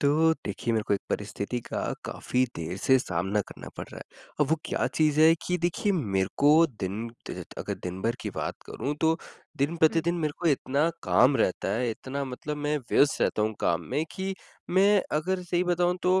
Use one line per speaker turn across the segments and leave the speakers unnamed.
तो देखिए, मेरे को एक परिस्थिति का काफ़ी देर से सामना करना पड़ रहा है। अब वो क्या चीज़ है कि देखिए मेरे को दिन त अगर दिन भर की बात करूँ तो
हुँ,
दिन-प्रतिदिन मेरे को इतना काम रहता है, इतना मतलब मैं व्यस्त रहता हूँ काम में कि मैं अगर सही बताऊँ तो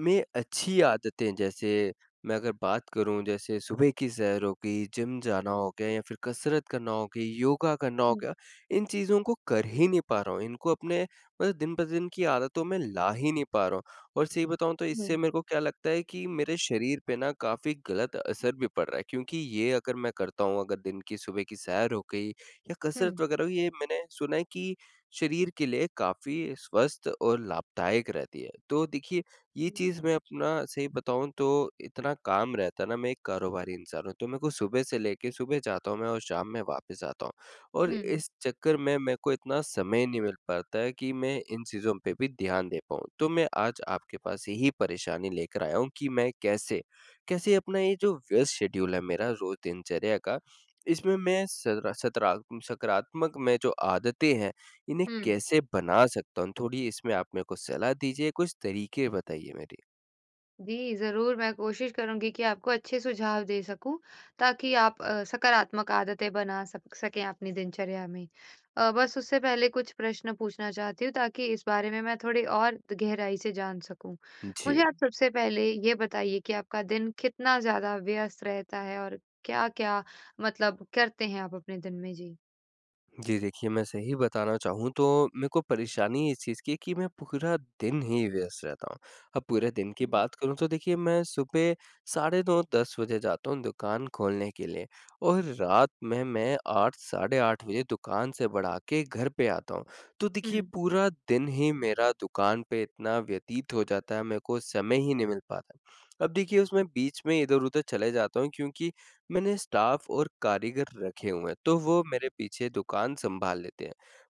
में अच्छी आदतें जैसे मैं अगर बात करूँ जैसे सुबह की सैर हो गई, जिम जाना हो गया या फिर कसरत करना हो गई, योगा करना हो
हुँ,
गया, इन चीज़ों को कर ही नहीं पा रहा हूँ। इनको अपने मतलब दिन-प्रतिदिन की आदतों में ला ही नहीं पा रहा हूँ। और सही बताऊँ तो
हुँ,
इससे मेरे को क्या लगता है कि मेरे शरीर पे ना काफ़ी गलत असर भी पड़ रहा है, क्योंकि ये अगर मैं करता हूँ, अगर दिन की सुबह की सैर हो गई या
हुँ,
कसरत वगैरह हुई, ये मैंने सुना है कि शरीर के लिए काफ़ी स्वस्थ और लाभदायक रहती है। तो देखिए ये
हुँ,
चीज़ मैं अपना सही बताऊँ तो इतना काम रहता है ना, मैं एक कारोबारी इंसान हूँ, तो मेरे को सुबह से लेके सुबह जाता हूँ मैं और शाम में वापस आता हूँ। और
हुँ,
इस चक्कर में मेरे को इतना समय नहीं मिल पाता है कि मैं इन चीज़ों पे भी ध्यान दे पाऊँ। तो मैं आज आपके पास यही परेशानी लेकर आया हूँ कि मैं कैसे, कैसे अपना ये जो व्यस्त शेड्यूल है मेरा रोज़ दिनचर्या का, इसमें मैं सरा सतरा सकारात्मक में जो आदतें हैं, इन्हें
हुँ।
कैसे बना सकता हूँ? थोड़ी इसमें आप मेरे को सलाह दीजिए, कुछ तरीके बताइए मेरे?
जी, ज़रूर मैं कोशिश करूँगी कि आपको अच्छे सुझाव दे सकूँ, ताकि आप सकारात्मक आदतें बना सक सकें अपनी दिनचर्या में। बस उससे पहले कुछ प्रश्न पूछना चाहती हूँ ताकि इस बारे में मैं थोड़ी और गहराई से जान सकूँ। मुझे
जी।
आप सबसे पहले ये बताइए कि आपका दिन कितना ज़्यादा व्यस्त रहता है और क्या-क्या मतलब करते हैं आप अपने दिन में? जी।
जी, देखिए मैं सही बताना चाहूँ तो मेरे को परेशानी इस चीज़ की है कि मैं पूरा दिन ही व्यस्त रहता हूँ। अब पूरे दिन की
हुँ,
बात करूँ तो देखिए मैं सुबह साढ़े 9 10 बजे जाता हूँ दुकान खोलने के लिए, और रात में मैं 8 साढ़े 8 बजे दुकान से बढ़ा के घर पे आता हूँ। तो देखिए
हुँ,
पूरा दिन ही मेरा दुकान पे इतना व्यतीत हो जाता है, मेरे को समय ही नहीं मिल पाता। अब देखिए उसमें बीच में इधर-उधर चले जाता हूँ क्योंकि मैंने स्टाफ और कारीगर रखे हुए हैं, तो वो मेरे पीछे दुकान सँभाल लेते हैं।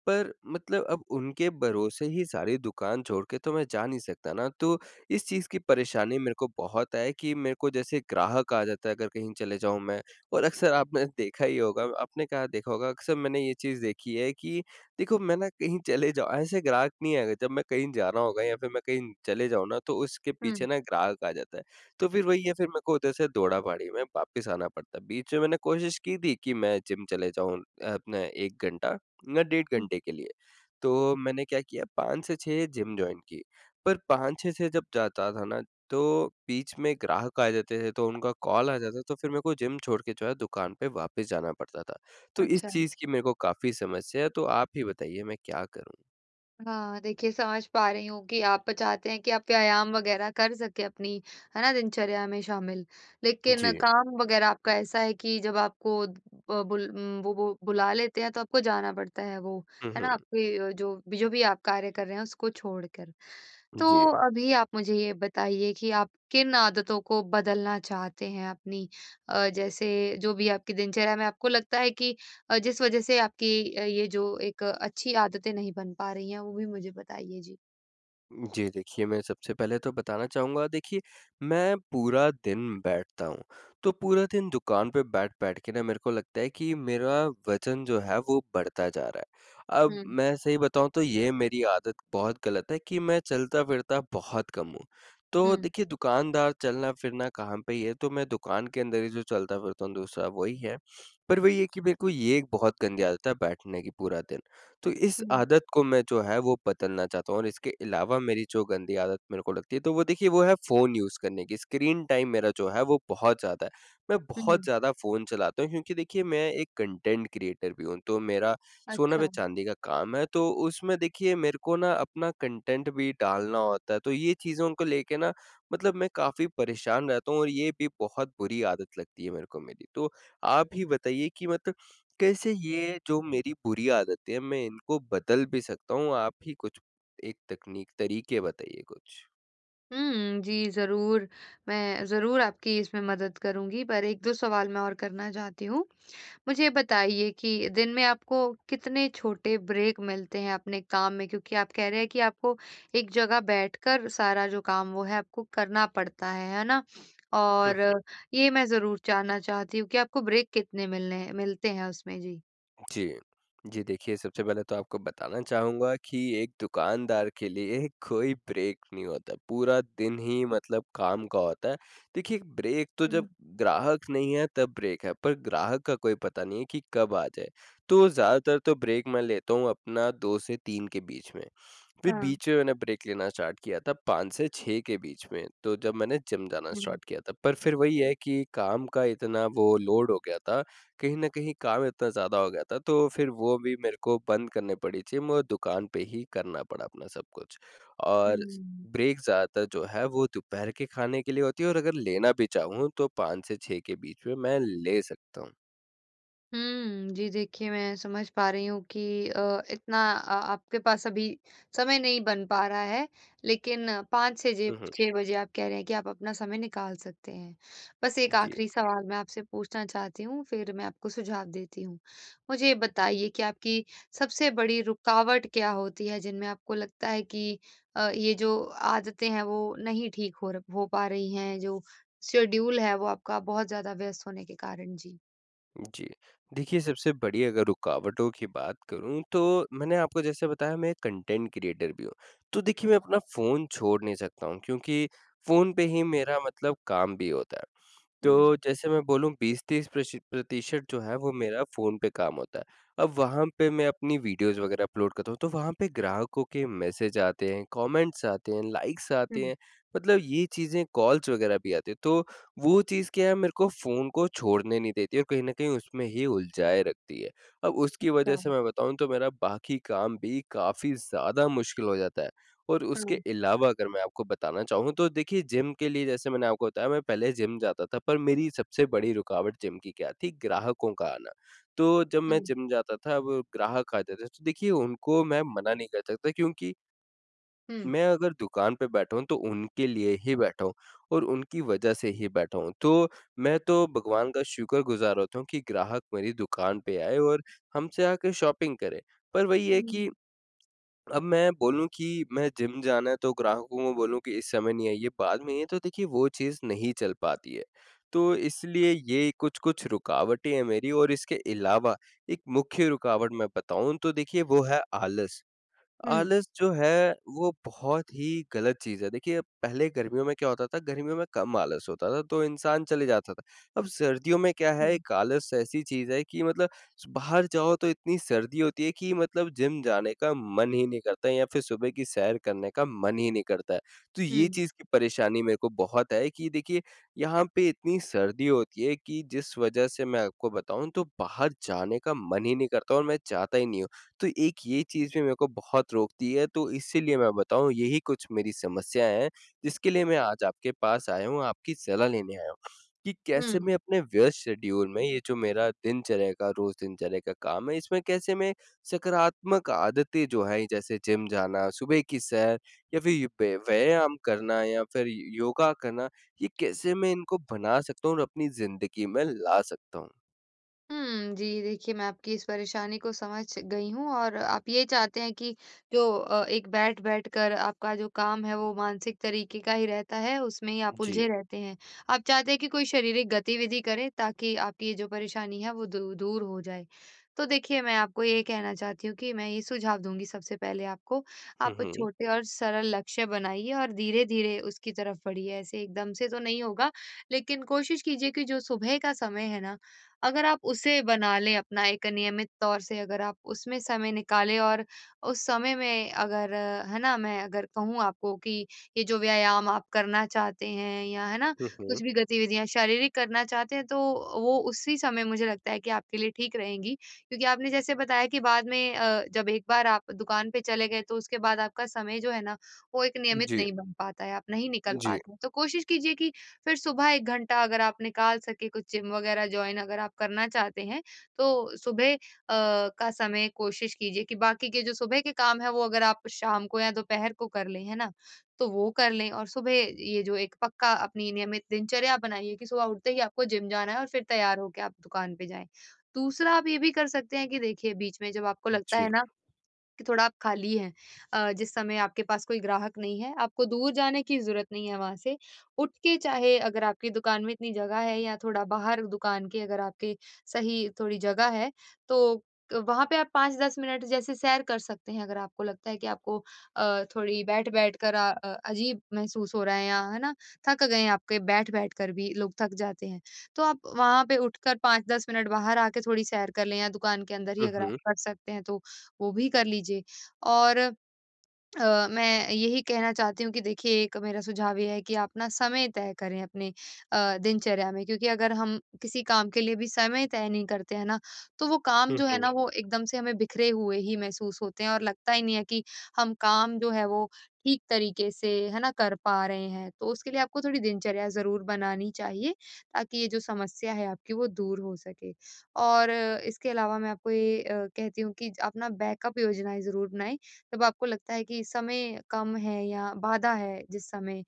पर मतलब अब उनके भरोसे ही सारी दुकान छोड़ के तो मैं जा नहीं सकता ना, तो इस चीज़ की परेशानी मेरे को बहुत है कि मेरे को जैसे ग्राहक आ जाता है अगर कहीं चले जाऊँ मैं। और अक्सर आपने देखा ही होगा, आपने कहाँ देखा होगा, अक्सर मैंने ये चीज़ देखी है कि देखो मैं ना कहीं चले जाऊँ ऐसे ग्राहक नहीं आएगा, जब मैं कहीं जा रहा होगा या फिर मैं कहीं चले जाऊँ ना, तो उसके पीछे
हुँ,
ना ग्राहक आ जाता है। तो फिर वही है, फिर मेरे को उधर से दौड़ा-भाड़ी में वापस आना पड़ता। बीच में मैंने कोशिश की थी कि मैं जिम चले जाऊँ अपना 1 घंटा या डेढ़
हुँ,
घंटे के लिए। तो मैंने क्या किया, 5 से 6 जिम जॉइन की। पर 5-6 से जब जाता था ना, तो बीच में ग्राहक आ जाते थे, तो उनका कॉल आ जाता, तो फिर मेरे को जिम छोड़ के जो है दुकान पे वापस जाना पड़ता था। तो इस
अच्छा।
चीज़ की मेरे को काफ़ी समस्या है, तो आप ही बताइए मैं क्या करूँ?
हाँ, देखिए समझ पा रही हूँ कि आप चाहते हैं कि आप व्यायाम वगैरह कर सकें अपनी, है ना, दिनचर्या में शामिल। लेकिन
जी।
काम वगैरह आपका ऐसा है कि जब आपको वो बुला लेते हैं तो आपको जाना पड़ता है वो,
हुँ,
है ना?
हुँ।
आपके जो भी आप कार्य कर रहे हैं उसको छोड़कर। तो
जी।
अभी आप मुझे ये बताइए कि आप किन आदतों को बदलना चाहते हैं अपनी, जैसे जो भी आपकी दिनचर्या में आपको लगता है कि जिस वजह से आपकी ये जो एक अच्छी आदतें नहीं बन पा रही हैं, वो भी मुझे बताइए? जी।
जी, देखिए मैं सबसे पहले तो बताना चाहूँगा देखिए, मैं पूरा दिन बैठता हूँ, तो पूरा दिन दुकान पे बैठ-बैठ के ना मेरे को लगता है कि मेरा वज़न जो है वो बढ़ता जा रहा है। अब
हुँ,
मैं सही बताऊँ तो ये मेरी आदत बहुत गलत है कि मैं चलता-फिरता बहुत कम हूँ। तो
हुँ।
देखिए दुकानदार चलना-फिरना कहाँ पे ही है, तो मैं दुकान के अंदर ही जो चलता-फिरता हूँ दूसरा वही है। पर वही है कि मेरे को ये एक बहुत गंदी आदत है बैठने की पूरा दिन। तो इस
हुँ,
आदत को मैं जो है वो बदलना चाहता हूँ, और इसके अलावा मेरी जो गंदी आदत मेरे को लगती है, तो वो देखिए वो है फ़ोन यूज़ करने की, स्क्रीन टाइम मेरा जो है वो बहुत ज़्यादा है। मैं बहुत
हुँ।
ज़्यादा फ़ोन चलाता हूँ क्योंकि देखिए मैं एक कंटेंट क्रिएटर भी हूँ, तो मेरा सोना पे
अच्छा।
चांदी का काम है, तो उसमें देखिए मेरे को ना अपना कंटेंट भी डालना होता है, तो ये चीज़ों को लेके ना मतलब मैं काफ़ी परेशान रहता हूँ, और ये भी बहुत बुरी आदत लगती है मेरे को मेरी। तो आप ही बताइए कि मतलब कैसे ये जो मेरी बुरी आदतें हैं, मैं इनको बदल भी सकता हूँ? आप ही कुछ एक तकनीक तरीके बताइए कुछ।
हुँ, जी ज़रूर, मैं ज़रूर आपकी इसमें मदद करूँगी, पर 1-2 सवाल मैं और करना चाहती हूँ। मुझे बताइए कि दिन में आपको कितने छोटे ब्रेक मिलते हैं अपने काम में? क्योंकि आप कह रहे हैं कि आपको एक जगह बैठकर सारा जो काम वो है आपको करना पड़ता है ना?
हुँ।
और ये मैं ज़रूर जानना चाहती हूँ कि आपको ब्रेक कितने मिलने मिलते हैं उसमें? जी।
जी। जी, देखिए सबसे पहले तो आपको बताना चाहूँगा कि एक दुकानदार के लिए कोई ब्रेक नहीं होता, पूरा दिन ही मतलब काम का होता है। देखिए ब्रेक तो जब
हुँ,
ग्राहक नहीं है तब ब्रेक है, पर ग्राहक का कोई पता नहीं है कि कब आ जाए। तो ज़्यादातर तो ब्रेक मैं लेता हूँ अपना 2 से 3 के बीच में, फिर
हाँ।
बीच में मैंने ब्रेक लेना स्टार्ट किया था 5 से 6 के बीच में, तो जब मैंने जिम जाना
हुँ,
स्टार्ट किया था। पर फिर वही है कि काम का इतना वो लोड हो गया था, कहीं न कहीं काम इतना ज़्यादा हो गया था, तो फिर वो भी मेरे को बंद करने पड़ी जिम, और दुकान पे ही करना पड़ा अपना सब कुछ। और
हुँ।
ब्रेक ज़्यादातर जो है वो दोपहर के खाने के लिए होती है, और अगर लेना भी चाहूँ तो 5 से 6 के बीच में मैं ले सकता हूँ।
हुँ। जी, देखिए मैं समझ पा रही हूँ कि इतना आपके पास अभी समय नहीं बन पा रहा है, लेकिन 5 से जे
हुँ, हुँ।
6 बजे आप कह रहे हैं कि आप अपना समय निकाल सकते हैं। बस एक
जी,
आखिरी सवाल मैं आपसे पूछना चाहती हूँ, फिर मैं आपको सुझाव देती हूँ। मुझे बताइए कि आपकी सबसे बड़ी रुकावट क्या होती है, जिनमें आपको लगता है कि ये जो आदतें हैं, वो नहीं ठीक हो पा रही हैं, जो शेड्यूल है, वो आपका बहुत ज़्यादा व्यस्त होने के कारण? जी।
जी। देखिए सबसे बड़ी अगर रुकावटों की बात करूँ तो मैंने आपको जैसे बताया, मैं कंटेंट क्रिएटर भी हूँ। तो देखिए मैं अपना फ़ोन छोड़ नहीं सकता हूँ क्योंकि फ़ोन पे ही मेरा मतलब काम भी होता है।
हुँ।
तो जैसे मैं बोलूँ 20-30 प्रशि प्रतिशत जो है वो मेरा फ़ोन पे काम होता है। अब वहाँ पे मैं अपनी वीडियोज़ वग़ैरह अपलोड करता हूँ, तो वहाँ पे ग्राहकों के मैसेज आते हैं, कमेंट्स आते हैं, लाइक्स आते
हुँ।
हैं, मतलब ये चीज़ें कॉल्स वग़ैरह भी आते हैं। तो वो चीज़ क्या है मेरे को फ़ोन को छोड़ने नहीं देती और कहीं न कहीं उसमें ही उलझाए रखती है। अब उसकी
अच्छा,
वजह से मैं बताऊँ तो मेरा बाकी काम भी काफ़ी ज़्यादा मुश्किल हो जाता है। और
हाँ,
उसके
हुँ,
अलावा अगर मैं आपको बताना चाहूँ तो देखिए जिम के लिए जैसे मैंने आपको बताया मैं पहले जिम जाता था, पर मेरी सबसे बड़ी रुकावट जिम की क्या थी? ग्राहकों का आना। तो जब मैं
हुँ,
जिम जाता था अब ग्राहक आते थे तो देखिए उनको मैं मना नहीं कर सकता, क्योंकि
हुँ,
मैं अगर दुकान पे बैठा हूँ तो उनके लिए ही बैठा हूँ और उनकी वजह से ही बैठा हूँ। तो मैं तो भगवान का शुक्रगुज़ार होता हूँ कि ग्राहक मेरी दुकान पे आए और हमसे आके शॉपिंग करें। पर वही है
हुँ,
कि अब मैं बोलूँ कि मैं जिम जाना है तो ग्राहकों को बोलूँ कि इस समय नहीं आइए, बाद में आइए, तो देखिए वो चीज़ नहीं चल पाती है। तो इसलिए ये कुछ-कुछ रुकावटें हैं मेरी, और इसके अलावा एक मुख्य रुकावट मैं बताऊँ तो देखिए वो है आलस।
हुँ,
आलस जो है, वो बहुत ही गलत चीज़ है। देखिए, पहले गर्मियों में क्या होता था, गर्मियों में कम आलस होता था, तो इंसान चले जाता था। अब सर्दियों में क्या
हुँ,
है, एक आलस ऐसी चीज़ है कि मतलब बाहर जाओ तो इतनी सर्दी होती है कि मतलब जिम जाने का मन ही नहीं करता है या फिर सुबह की सैर करने का मन ही नहीं करता है। तो ये
हुँ,
चीज़ की परेशानी मेरे को बहुत है कि देखिए, यहाँ पे इतनी सर्दी होती है कि जिस वज़ह से मैं आपको बताऊँ तो बाहर जाने का मन ही नहीं करता और मैं चाहता ही नहीं हूँ। तो एक ये चीज़ भी मेरे को बहुत रोकती है, तो इसीलिए मैं बताऊँ यही कुछ मेरी समस्याएँ हैं, जिसके लिए मैं आज आपके पास आया हूँ, आपकी सलाह लेने आया हूँ, कि कैसे
हुँ।
मैं अपने व्यस्त शेड्यूल में ये जो मेरा दिनचर्या का रोज़ दिनचर्या का काम है, इसमें कैसे मैं सकारात्मक आदतें जो हैं, जैसे जिम जाना, सुबह की सैर या फिर ये व्यायाम करना या फिर योगा करना, ये कैसे मैं इनको बना सकता हूँ और अपनी ज़िंदगी में ला सकता हूँ?
हुँ, जी, देखिए मैं आपकी इस परेशानी को समझ गई हूँ और आप ये चाहते हैं कि जो एक बैठ-बैठ कर आपका जो काम है वो मानसिक तरीके का ही रहता है, उसमें ही आप
जी।
उलझे रहते हैं। आप चाहते हैं कि कोई शारीरिक गतिविधि करें ताकि आपकी ये जो परेशानी है वो दू दूर हो जाए। तो देखिए मैं आपको ये कहना चाहती हूँ कि मैं ये सुझाव दूँगी सबसे पहले आपको,
हुँ,
आप
हुँ।
छोटे और सरल लक्ष्य बनाइए और धीरे-धीरे उसकी तरफ बढ़िए, ऐसे एकदम से तो नहीं होगा, लेकिन कोशिश कीजिए कि जो सुबह का समय है ना, अगर आप उसे बना लें अपना एक नियमित तौर से, अगर आप उसमें समय निकालें और उस समय में, अगर है ना, मैं अगर कहूँ आपको कि ये जो व्यायाम आप करना चाहते हैं या है ना,
हुँ, हुँ।
कुछ भी गतिविधियां शारीरिक करना चाहते हैं, तो वो उसी समय मुझे लगता है कि आपके लिए ठीक रहेंगी, क्योंकि आपने जैसे बताया कि बाद में, जब एक बार आप दुकान पे चले गए तो उसके बाद आपका समय जो है ना, वो एक नियमित
जी,
नहीं बन पाता है, आप नहीं निकल
जी,
पाते हैं। तो कोशिश कीजिए कि फिर सुबह 1 घंटा अगर आप निकाल सके, कुछ जिम वगैरह जॉइन अगर आप करना चाहते हैं, तो सुबह का समय कोशिश कीजिए कि बाकी के जो सुबह के काम हैं, वो अगर आप शाम को या दोपहर को कर लें, है ना? तो वो कर लें और सुबह ये जो एक पक्का अपनी नियमित दिनचर्या बनाइए कि सुबह उठते ही आपको जिम जाना है और फिर तैयार होके आप दुकान पे जाएँ। दूसरा, आप ये भी कर सकते हैं कि देखिए बीच में जब आपको लगता है
जी।
ना कि थोड़ा आप खाली हैं, जिस समय आपके पास कोई ग्राहक नहीं है, आपको दूर जाने की ज़रूरत नहीं है वहाँ से। उठ के, चाहे अगर आपकी दुकान में इतनी जगह है या थोड़ा बाहर दुकान के अगर आपके सही थोड़ी जगह है, तो वहाँ पे आप 5-10 मिनट जैसे सैर कर सकते हैं अगर आपको लगता है कि आपको थोड़ी बैठ-बैठ कर अजीब महसूस हो रहा है या है ना, थक गए हैं, आपके बैठ-बैठ कर भी लोग थक जाते हैं। तो आप वहाँ पे उठकर 5-10 मिनट बाहर आके थोड़ी सैर कर लें या दुकान के अंदर ही
हुँ,
अगर आप
हुँ।
कर सकते हैं, तो वो भी कर लीजिए। और मैं यही कहना चाहती हूँ कि देखिए, एक मेरा सुझाव ये है कि आप ना समय तय करें अपने, दिनचर्या में, क्योंकि अगर हम किसी काम के लिए भी समय तय नहीं करते हैं ना, तो वो काम
हुँ,
जो है
हुँ।
ना, वो एकदम से हमें बिखरे हुए ही महसूस होते हैं और लगता ही नहीं है कि हम काम जो है वो ठीक तरीके से है ना कर पा रहे हैं। तो उसके लिए आपको थोड़ी दिनचर्या ज़रूर बनानी चाहिए ताकि ये जो समस्या है आपकी, वो दूर हो सके। और इसके अलावा मैं आपको ये कहती हूँ कि आप ना बैकअप योजनाएँ ज़रूर बनाएँ जब आपको लगता है कि समय कम है या बाधा है, जिस समय अ,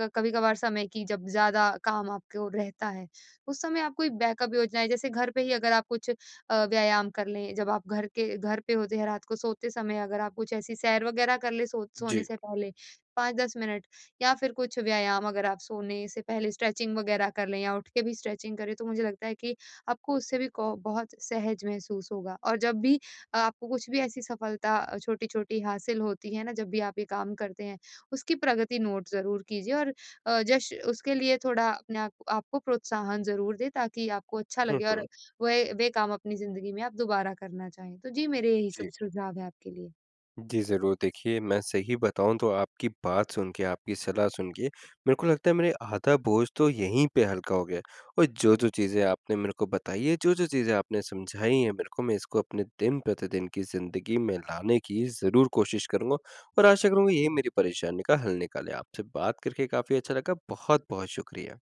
क कभी-कभार समय की जब ज़्यादा काम आपको रहता है, उस समय आप कोई बैकअप योजनाएँ जैसे घर पे ही अगर आप कुछ व्यायाम कर लें, जब आप घर के घर पे होते हैं रात को सोते समय अगर आप कुछ ऐसी सैर वगैरह कर लें, सोने
जी।
से पहले 5-10 मिनट, या फिर कुछ व्यायाम अगर आप सोने से पहले स्ट्रेचिंग वगैरह कर लें या उठ के भी स्ट्रेचिंग करें, तो मुझे लगता है कि आपको उससे भी को बहुत सहज महसूस होगा और जब भी आपको कुछ भी ऐसी सफलता छोटी-छोटी हासिल होती है ना, जब भी आप ये काम करते हैं, उसकी प्रगति नोट ज़रूर कीजिए और अ, जश उसके लिए थोड़ा अपने आप आपको प्रोत्साहन ज़रूर दें ताकि आपको अच्छा
हुँ,
लगे और
हुँ।
वह वे काम अपनी ज़िंदगी में आप दोबारा करना चाहें। तो जी, मेरे यही सब
जी।
सुझाव हैं आपके लिए।
जी, ज़रूर देखिए मैं सही बताऊँ तो आपकी बात सुन के, आपकी सलाह सुन के मेरे को लगता है मेरे आधा बोझ तो यहीं पे हल्का हो गया, और जो-जो चीज़ें आपने मेरे को बताई है, जो-जो चीज़ें आपने समझाई हैं मेरे को, मैं इसको अपने दिन-प्रतिदिन की ज़िंदगी में लाने की ज़रूर कोशिश करूँगा, और आशा करूँगा यही मेरी परेशानी का हल निकाले। आपसे बात करके काफ़ी अच्छा लगा। बहुत-बहुत शुक्रिया।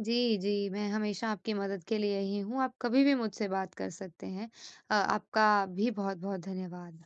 जी, जी, मैं हमेशा आपकी मदद के लिए यही हूँ, आप कभी भी मुझसे बात कर सकते हैं। आपका भी बहुत-बहुत धन्यवाद।